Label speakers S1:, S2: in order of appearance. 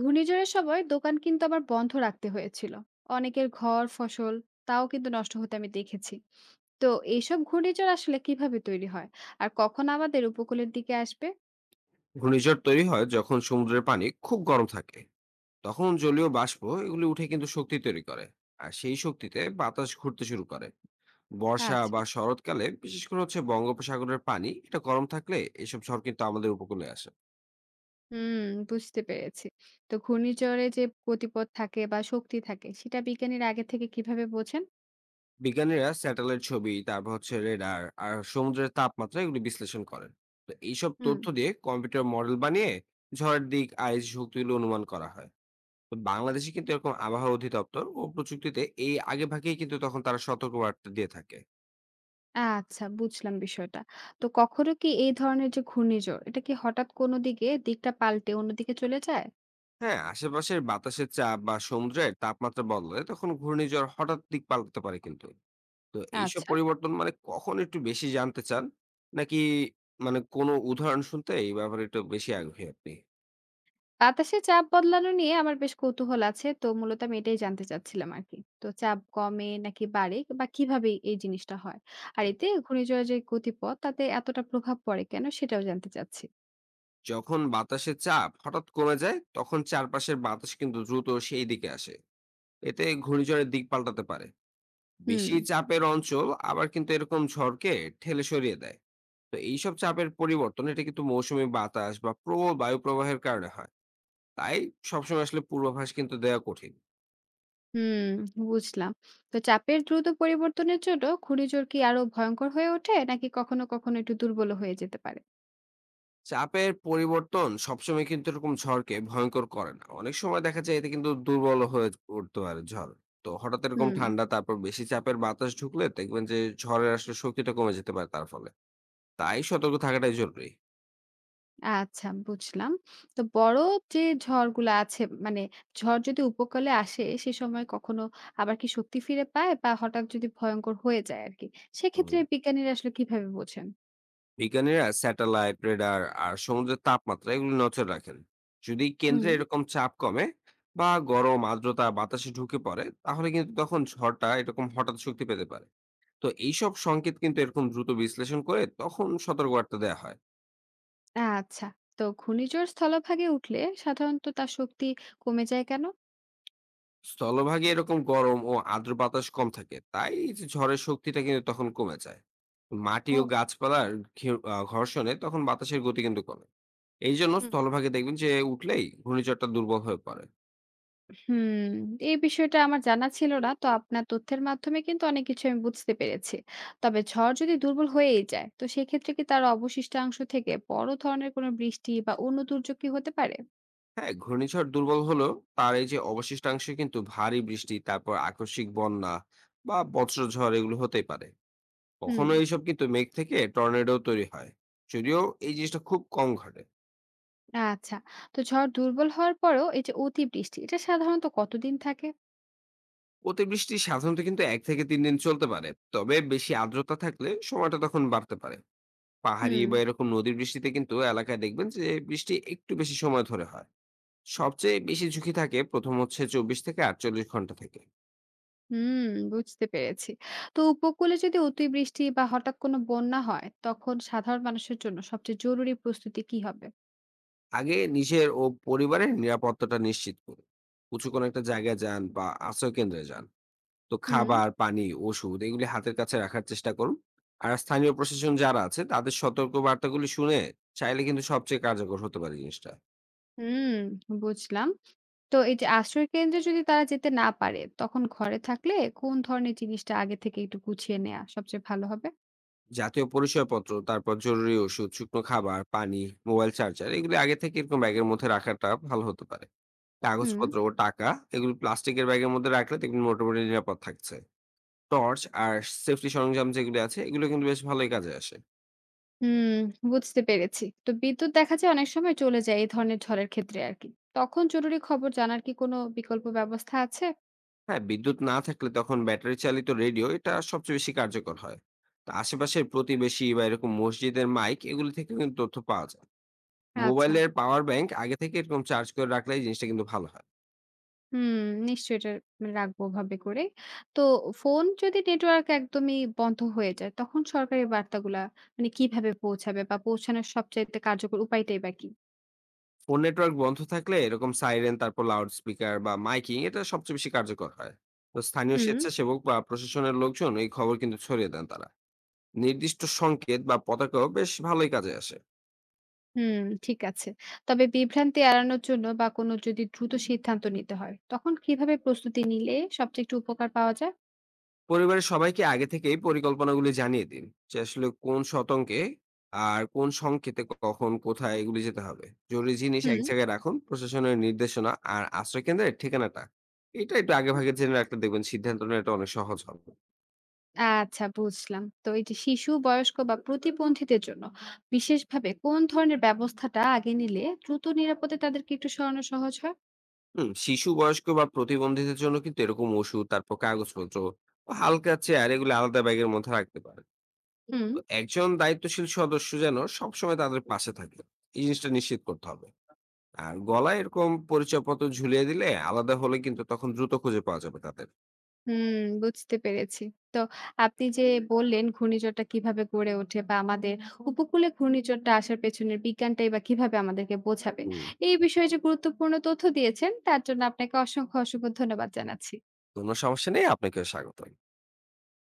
S1: ঘূর্ণিঝড়ের সময় দোকান কিন্তু আবার বন্ধ রাখতে হয়েছিল। অনেকের ঘর, ফসল তাও কিন্তু নষ্ট হতে আমি দেখেছি। তো এইসব ঘূর্ণিঝড় আসলে কিভাবে তৈরি হয় আর কখন আমাদের উপকূলের দিকে আসবে?
S2: ঘূর্ণিঝড় তৈরি হয় যখন সমুদ্রের পানি খুব গরম থাকে, তখন জলীয় বাষ্প এগুলি উঠে কিন্তু শক্তি তৈরি করে। আর সেই শক্তিতে বাতাস ঘুরতে শুরু করে। বর্ষা
S1: আচ্ছা,
S2: বা শরৎকালে বিশেষ করে হচ্ছে বঙ্গোপসাগরের পানি এটা গরম থাকলে এসব ঝড় কিন্তু আমাদের উপকূলে আসে।
S1: হুম, বুঝতে পেরেছি। তো ঘূর্ণিঝড়ে যে গতিপথ থাকে বা শক্তি থাকে সেটা বিজ্ঞানীরা আগে থেকে কিভাবে বোঝেন?
S2: বিজ্ঞানীরা স্যাটেলাইট ছবি, তারপর হচ্ছে রেডার আর সমুদ্রের তাপমাত্রা এগুলি বিশ্লেষণ করেন। তো এইসব
S1: হুম।
S2: তথ্য দিয়ে কম্পিউটার মডেল বানিয়ে ঝড়ের দিক আইস শক্তিগুলো অনুমান করা হয়। বাংলাদেশে কিন্তু এরকম আবহাওয়া অধিদপ্তর ও প্রযুক্তিতে এই আগেভাগেই কিন্তু তখন তারা সতর্কবার্তা দিয়ে থাকে।
S1: আচ্ছা, বুঝলাম বিষয়টা। তো কখনো কি এই ধরনের যে ঘূর্ণিঝড় এটা কি হঠাৎ কোনো দিকে দিকটা পাল্টে অন্যদিকে চলে যায়?
S2: হ্যাঁ, আশেপাশের বাতাসের চাপ বা সমুদ্রের তাপমাত্রা বদলালে তখন ঘূর্ণিঝড় হঠাৎ দিক পাল্টাতে পারে কিন্তু। তো এইসব
S1: আচ্ছা।
S2: পরিবর্তন মানে কখন একটু বেশি জানতে চান, নাকি মানে কোনো উদাহরণ শুনতে এই ব্যাপারে একটু বেশি আগ্রহী আপনি?
S1: বাতাসে চাপ বদলানো নিয়ে আমার বেশ কৌতূহল আছে, তো মূলত আমি এটাই জানতে চাচ্ছিলাম আর কি। তো চাপ কমে নাকি বাড়ে বা কিভাবে এই জিনিসটা হয়, আর এতে ঘূর্ণিঝড়ের যে গতিপথ তাতে এতটা প্রভাব পড়ে কেন সেটাও জানতে চাচ্ছি।
S2: যখন বাতাসের চাপ হঠাৎ কমে যায় তখন চারপাশের বাতাস কিন্তু দ্রুত সেই দিকে আসে। এতে ঘূর্ণিঝড়ের দিক পাল্টাতে পারে।
S1: হুম।
S2: বেশি চাপের অঞ্চল আবার কিন্তু এরকম ঝড়কে ঠেলে সরিয়ে দেয়। তো এইসব চাপের পরিবর্তন এটা কিন্তু মৌসুমী বাতাস বা প্রবল বায়ু প্রবাহের কারণে হয়। তাই সবসময় আসলে পূর্বাভাস কিন্তু দেওয়া কঠিন।
S1: হুম, বুঝলাম। তো চাপের দ্রুত পরিবর্তনের জন্য ঘূর্ণিঝড় কি আরো ভয়ঙ্কর হয়ে ওঠে নাকি কখনো কখনো একটু দুর্বল হয়ে যেতে পারে?
S2: চাপের পরিবর্তন সবসময় কিন্তু এরকম ঝড়কে ভয়ঙ্কর করে না, অনেক সময় দেখা যায় এতে কিন্তু দুর্বল হয়ে পড়তে পারে ঝড়। তো হঠাৎ এরকম
S1: হুম।
S2: ঠান্ডা তারপর বেশি চাপের বাতাস ঢুকলে দেখবেন যে ঝড়ের আসলে শক্তিটা কমে যেতে পারে তার ফলে। তাই সতর্ক থাকাটাই জরুরি।
S1: আচ্ছা, বুঝলাম। তো বড় যে ঝড়গুলা আছে, মানে ঝড় যদি উপকূলে আসে সে সময় কখনো আবার কি শক্তি ফিরে পায় বা হঠাৎ যদি ভয়ঙ্কর হয়ে যায় আরকি। সেক্ষেত্রে
S2: হম,
S1: বিজ্ঞানীরা আসলে কিভাবে বোঝেন?
S2: বিজ্ঞানীরা স্যাটেলাইট, রেডার আর সমুদ্রের তাপমাত্রা এগুলো নজর রাখেন। যদি কেন্দ্রে
S1: হুম।
S2: এরকম চাপ কমে বা গরম আর্দ্রতা বাতাসে ঢুকে পড়ে, তাহলে কিন্তু তখন ঝড়টা এরকম হঠাৎ শক্তি পেতে পারে। তো এইসব সংকেত কিন্তু এরকম দ্রুত বিশ্লেষণ করে তখন সতর্কবার্তা দেওয়া হয়।
S1: আচ্ছা। তো ঘূর্ণিঝড় স্থলভাগে উঠলে সাধারণত তার শক্তি কমে যায় কেন?
S2: স্থলভাগে এরকম গরম ও আর্দ্র বাতাস কম থাকে, তাই এই যে ঝড়ের শক্তিটা কিন্তু তখন কমে যায়। মাটি ও
S1: ও।
S2: গাছপালার ঘর্ষণে তখন বাতাসের গতি কিন্তু কমে। এই জন্য স্থলভাগে দেখবেন যে উঠলেই ঘূর্ণিঝড়টা দুর্বল হয়ে পড়ে।
S1: হুম। এই বিষয়টা আমার জানা ছিল না। তো আপনার তথ্যের মাধ্যমে কিন্তু অনেক কিছু আমি বুঝতে পেরেছি। তবে ঝড় যদি দুর্বল হয়েই যায়, তো সেক্ষেত্রে কি তার অবশিষ্টাংশ থেকে বড় ধরনের কোনো বৃষ্টি বা অন্য দুর্যোগ কি হতে পারে?
S2: হ্যাঁ, ঘূর্ণিঝড় দুর্বল হলেও তার এই যে অবশিষ্টাংশে কিন্তু ভারী বৃষ্টি, তারপর আকস্মিক বন্যা বা বজ্রঝড় এগুলো হতেই পারে।
S1: হুম।
S2: কখনো এইসব কিন্তু মেঘ থেকে টর্নেডো তৈরি হয়, যদিও এই জিনিসটা খুব কম ঘটে।
S1: আচ্ছা। তো ঝড় দুর্বল হওয়ার পরেও এই যে অতিবৃষ্টি, এটা সাধারণত কতদিন থাকে?
S2: অতিবৃষ্টি সাধারণত কিন্তু 1 থেকে 3 দিন চলতে পারে। তবে বেশি আর্দ্রতা থাকলে সময়টা তখন বাড়তে পারে। পাহাড়ি
S1: হুম।
S2: বা এরকম নদীর বৃষ্টিতে কিন্তু এলাকায় দেখবেন যে বৃষ্টি একটু বেশি সময় ধরে হয়। সবচেয়ে বেশি ঝুঁকি থাকে প্রথম হচ্ছে 24 থেকে 48 ঘন্টা থেকে।
S1: হুম, বুঝতে পেরেছি। তো উপকূলে যদি অতিবৃষ্টি বা হঠাৎ কোনো বন্যা হয়, তখন সাধারণ মানুষের জন্য সবচেয়ে জরুরি প্রস্তুতি কি হবে?
S2: আগে নিজের ও পরিবারের নিরাপত্তাটা নিশ্চিত করুন। উঁচু কোনো একটা জায়গায় যান বা আশ্রয় কেন্দ্রে যান। তো
S1: হুম।
S2: খাবার, পানি, ওষুধ এগুলি হাতের কাছে রাখার চেষ্টা করুন। আর স্থানীয় প্রশাসন যারা আছে তাদের সতর্ক বার্তাগুলি শুনে চাইলে কিন্তু সবচেয়ে কার্যকর হতে পারে জিনিসটা।
S1: হুম, বুঝলাম। তো এই যে আশ্রয় কেন্দ্রে যদি তারা যেতে না পারে, তখন ঘরে থাকলে কোন ধরনের জিনিসটা আগে থেকে একটু গুছিয়ে নেয়া সবচেয়ে ভালো হবে?
S2: জাতীয় পরিচয়পত্র, তারপর জরুরি ওষুধ, শুকনো খাবার, পানি, মোবাইল চার্জার এগুলি আগে থেকে এরকম ব্যাগের মধ্যে রাখাটা ভালো হতে পারে।
S1: হুম।
S2: কাগজপত্র ও টাকা এগুলি প্লাস্টিকের ব্যাগের মধ্যে রাখলে দেখবেন মোটামুটি নিরাপদ থাকছে। টর্চ আর সেফটি সরঞ্জাম যেগুলো আছে এগুলো কিন্তু বেশ ভালোই কাজে আসে।
S1: হুম, বুঝতে পেরেছি। তো বিদ্যুৎ দেখা যায় অনেক সময় চলে যায় এই ধরনের ঝড়ের ক্ষেত্রে আরকি। তখন জরুরি খবর জানার কি কোনো বিকল্প ব্যবস্থা আছে?
S2: হ্যাঁ, বিদ্যুৎ না থাকলে তখন ব্যাটারি চালিত রেডিও এটা সবচেয়ে বেশি কার্যকর হয়। তো আশেপাশের প্রতিবেশী বা এরকম মসজিদের মাইক এগুলো থেকে কিন্তু তথ্য পাওয়া যায়।
S1: আচ্ছা।
S2: মোবাইলের পাওয়ার ব্যাংক আগে থেকে এরকম চার্জ করে রাখলে এই জিনিসটা কিন্তু ভালো হয়।
S1: হুম, নিশ্চয়ই এটা মানে রাখবো ওভাবে করে। তো ফোন যদি নেটওয়ার্ক একদমই বন্ধ হয়ে যায়, তখন সরকারি বার্তাগুলা মানে কিভাবে পৌঁছাবে বা পৌঁছানোর সবচাইতে কার্যকর উপায়টাই বা কি?
S2: ফোন নেটওয়ার্ক বন্ধ থাকলে এরকম সাইরেন, তারপর লাউড স্পিকার বা মাইকিং এটা সবচেয়ে বেশি কার্যকর হয়। তো স্থানীয়
S1: হুম।
S2: স্বেচ্ছাসেবক বা প্রশাসনের লোকজন এই খবর কিন্তু ছড়িয়ে দেন তারা। নির্দিষ্ট সংকেত বা পতাকাও বেশ ভালোই কাজে আসে।
S1: হুম, ঠিক আছে। তবে বিভ্রান্তি এড়ানোর জন্য বা কোনো যদি দ্রুত সিদ্ধান্ত নিতে হয়, তখন কিভাবে প্রস্তুতি নিলে সবচেয়ে একটু উপকার পাওয়া যায়?
S2: পরিবারের সবাইকে আগে থেকেই পরিকল্পনাগুলি জানিয়ে দিন যে আসলে কোন শতকে আর কোন সংকেতে কখন কোথায় এগুলি যেতে হবে। জরুরি জিনিস এক
S1: হুম।
S2: জায়গায় রাখুন। প্রশাসনের নির্দেশনা আর আশ্রয়কেন্দ্রের ঠিকানাটা এটা একটু আগে ভাগে জেনে রাখলে দেখবেন সিদ্ধান্ত নেওয়াটা অনেক সহজ হবে।
S1: আচ্ছা, বুঝলাম। তো এই যে শিশু, বয়স্ক বা প্রতিবন্ধীদের জন্য বিশেষভাবে কোন ধরনের ব্যবস্থাটা আগে নিলে দ্রুত নিরাপদে তাদেরকে একটু সরানো সহজ হয়?
S2: হুম, শিশু, বয়স্ক বা প্রতিবন্ধীদের জন্য কিন্তু এরকম ওষুধ, তারপর কাগজপত্র ও হালকা চেয়ার এগুলো আলাদা ব্যাগের মধ্যে রাখতে পারেন।
S1: হুম।
S2: তো একজন দায়িত্বশীল সদস্য যেন সবসময় তাদের পাশে থাকে এই জিনিসটা নিশ্চিত করতে হবে। আর গলায় এরকম পরিচয়পত্র ঝুলিয়ে দিলে আলাদা হলে কিন্তু তখন দ্রুত খুঁজে পাওয়া যাবে তাদের।
S1: হুম, বুঝতে পেরেছি। তো আপনি যে বললেন ঘূর্ণিঝড়টা কিভাবে গড়ে ওঠে বা আমাদের উপকূলে ঘূর্ণিঝড়টা আসার পেছনের বিজ্ঞানটাই বা কিভাবে আমাদেরকে বোঝাবে।
S2: হুম।
S1: এই বিষয়ে যে গুরুত্বপূর্ণ তথ্য দিয়েছেন তার জন্য আপনাকে অসংখ্য, অসংখ্য ধন্যবাদ জানাচ্ছি।
S2: কোনো সমস্যা নেই। আপনাকেও স্বাগত।